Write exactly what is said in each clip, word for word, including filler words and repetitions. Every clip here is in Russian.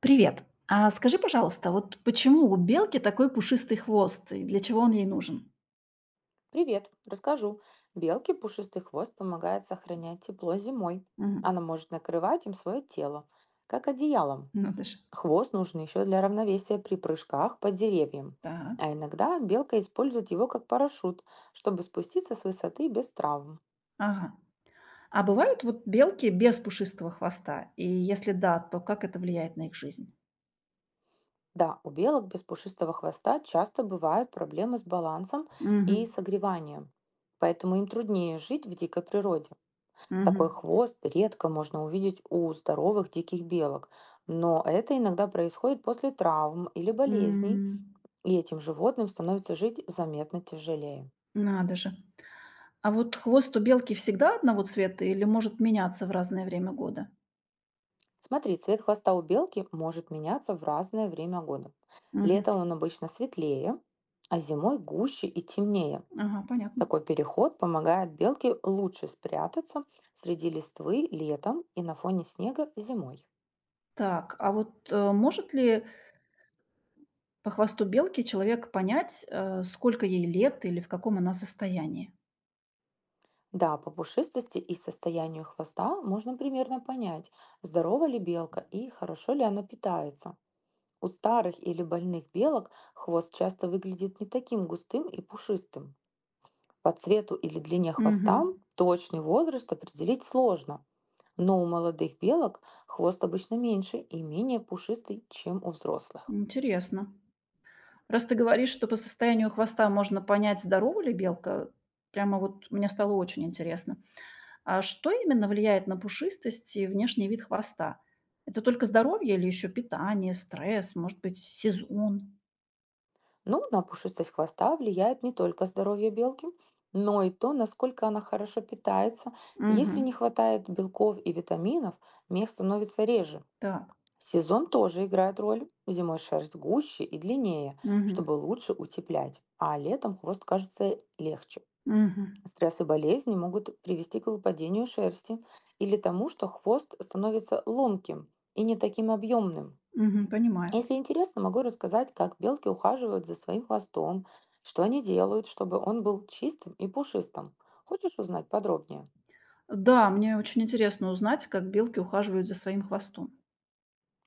Привет. А скажи, пожалуйста, вот почему у белки такой пушистый хвост и для чего он ей нужен? Привет, расскажу. Белке пушистый хвост помогает сохранять тепло зимой. Она Мгм. может накрывать им свое тело, как одеялом. Ну ты ж. Хвост нужен еще для равновесия при прыжках по деревьям. Так. А иногда белка использует его как парашют, чтобы спуститься с высоты без травм. Ага. А бывают вот белки без пушистого хвоста? И если да, то как это влияет на их жизнь? Да, у белок без пушистого хвоста часто бывают проблемы с балансом и Мгм. согреванием, поэтому им труднее жить в дикой природе. Такой Мгм. хвост редко можно увидеть у здоровых диких белок, но это иногда происходит после травм или болезней, М. и этим животным становится жить заметно тяжелее. Надо же. А вот хвост у белки всегда одного цвета или может меняться в разное время года? Смотри, цвет хвоста у белки может меняться в разное время года. Мгм. Летом он обычно светлее, а зимой гуще и темнее. Ага, понятно. Такой переход помогает белке лучше спрятаться среди листвы летом и на фоне снега зимой. Так, а вот э, может ли по хвосту белки человек понять, э, сколько ей лет или в каком она состоянии? Да, по пушистости и состоянию хвоста можно примерно понять, здорова ли белка и хорошо ли она питается. У старых или больных белок хвост часто выглядит не таким густым и пушистым. По цвету или длине Мгм. хвоста точный возраст определить сложно, но у молодых белок хвост обычно меньше и менее пушистый, чем у взрослых. Интересно. Раз ты говоришь, что по состоянию хвоста можно понять, здорова ли белка, прямо вот мне стало очень интересно. А что именно влияет на пушистость и внешний вид хвоста? Это только здоровье или еще питание, стресс, может быть, сезон? Ну, на пушистость хвоста влияет не только здоровье белки, но и то, насколько она хорошо питается. Если не Мгм. хватает белков и витаминов, мех становится реже. Так. Сезон тоже играет роль. Зимой шерсть гуще и длиннее, Мгм. чтобы лучше утеплять, а летом хвост кажется легче. Мгм. Стресс и болезни могут привести к выпадению шерсти или тому, что хвост становится ломким и не таким объемным. Мгм, понимаю. Если интересно, могу рассказать, как белки ухаживают за своим хвостом, что они делают, чтобы он был чистым и пушистым. Хочешь узнать подробнее? Да, мне очень интересно узнать, как белки ухаживают за своим хвостом.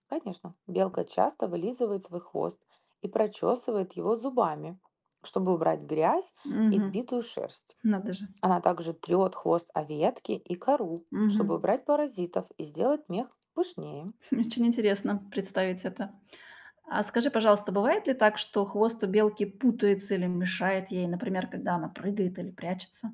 Конечно. Белка часто вылизывает свой хвост и прочесывает его зубами, чтобы убрать грязь и Мгм. сбитую шерсть. Надо же. Она также трет хвост о ветки и кору, чтобы Мгм. убрать паразитов и сделать мех пышнее. Очень интересно представить это. А скажи, пожалуйста, бывает ли так, что хвост у белки путается или мешает ей, например, когда она прыгает или прячется?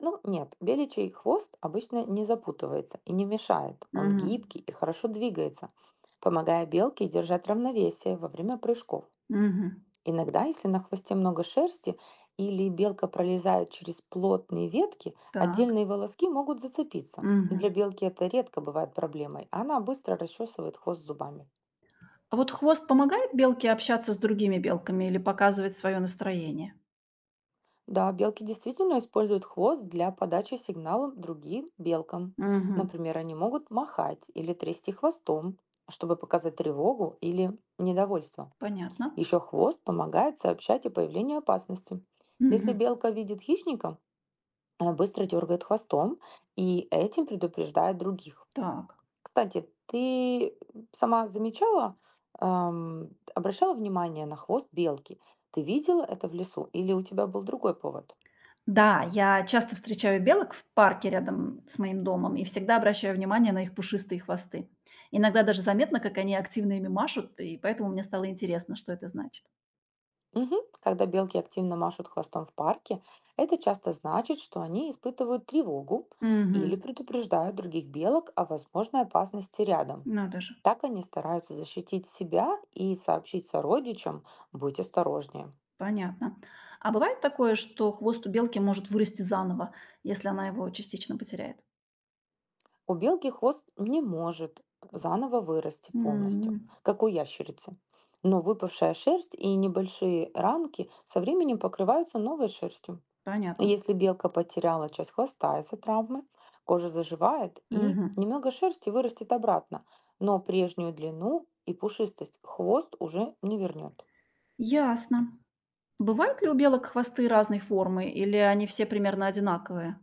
Ну, нет, беличий хвост обычно не запутывается и не мешает. Он Мгм. гибкий и хорошо двигается, помогая белке держать равновесие во время прыжков. Мгм. Иногда, если на хвосте много шерсти или белка пролезает через плотные ветки, Так. отдельные волоски могут зацепиться. Мгм. Для белки это редко бывает проблемой, она быстро расчесывает хвост зубами. А вот хвост помогает белке общаться с другими белками или показывать свое настроение? Да, белки действительно используют хвост для подачи сигналов другим белкам. Мгм. Например, они могут махать или трясти хвостом, чтобы показать тревогу или недовольство. Понятно. Еще хвост помогает сообщать о появлении опасности. Если Мгм. белка видит хищника, она быстро дергает хвостом и этим предупреждает других. Так. Кстати, ты сама замечала, эм, обращала внимание на хвост белки? Ты видела это в лесу или у тебя был другой повод? Да, я часто встречаю белок в парке рядом с моим домом и всегда обращаю внимание на их пушистые хвосты. Иногда даже заметно, как они активно ими машут, и поэтому мне стало интересно, что это значит. Мгм. Когда белки активно машут хвостом в парке, это часто значит, что они испытывают тревогу или Угу, предупреждают других белок о возможной опасности рядом. надо же, Так они стараются защитить себя и сообщить сородичам «будь осторожнее». понятно. А бывает такое, что хвост у белки может вырасти заново, если она его частично потеряет? У белки хвост не может заново вырасти полностью, М. как у ящерицы. Но выпавшая шерсть и небольшие ранки со временем покрываются новой шерстью. Понятно. Если белка потеряла часть хвоста из-за травмы, кожа заживает и Мгм. немного шерсти вырастет обратно, но прежнюю длину и пушистость хвост уже не вернет. Ясно. Бывают ли у белок хвосты разной формы, или они все примерно одинаковые?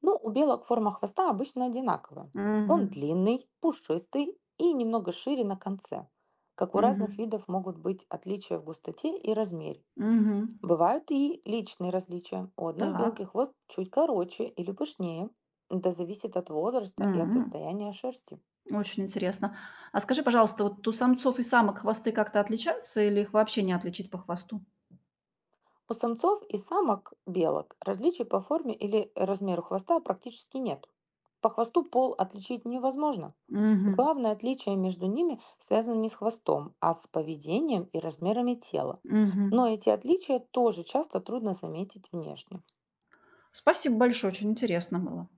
Ну, у белок форма хвоста обычно одинаковая. Он Угу, длинный, пушистый и немного шире на конце. Как у разных угу, видов могут быть отличия в густоте и размере. угу. Бывают и личные различия. У одной Так, белки хвост чуть короче или пышнее. Это зависит от возраста и от м, состояния шерсти. очень интересно. А скажи, пожалуйста, вот у самцов и самок хвосты как-то отличаются или их вообще не отличить по хвосту? У самцов и самок белок различий по форме или размеру хвоста практически нет. По хвосту пол отличить невозможно. Мгм, Главное отличие между ними связано не с хвостом, а с поведением и размерами тела. мгм. Но эти отличия тоже часто трудно заметить внешне. Спасибо большое, очень интересно было.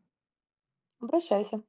Обращайся.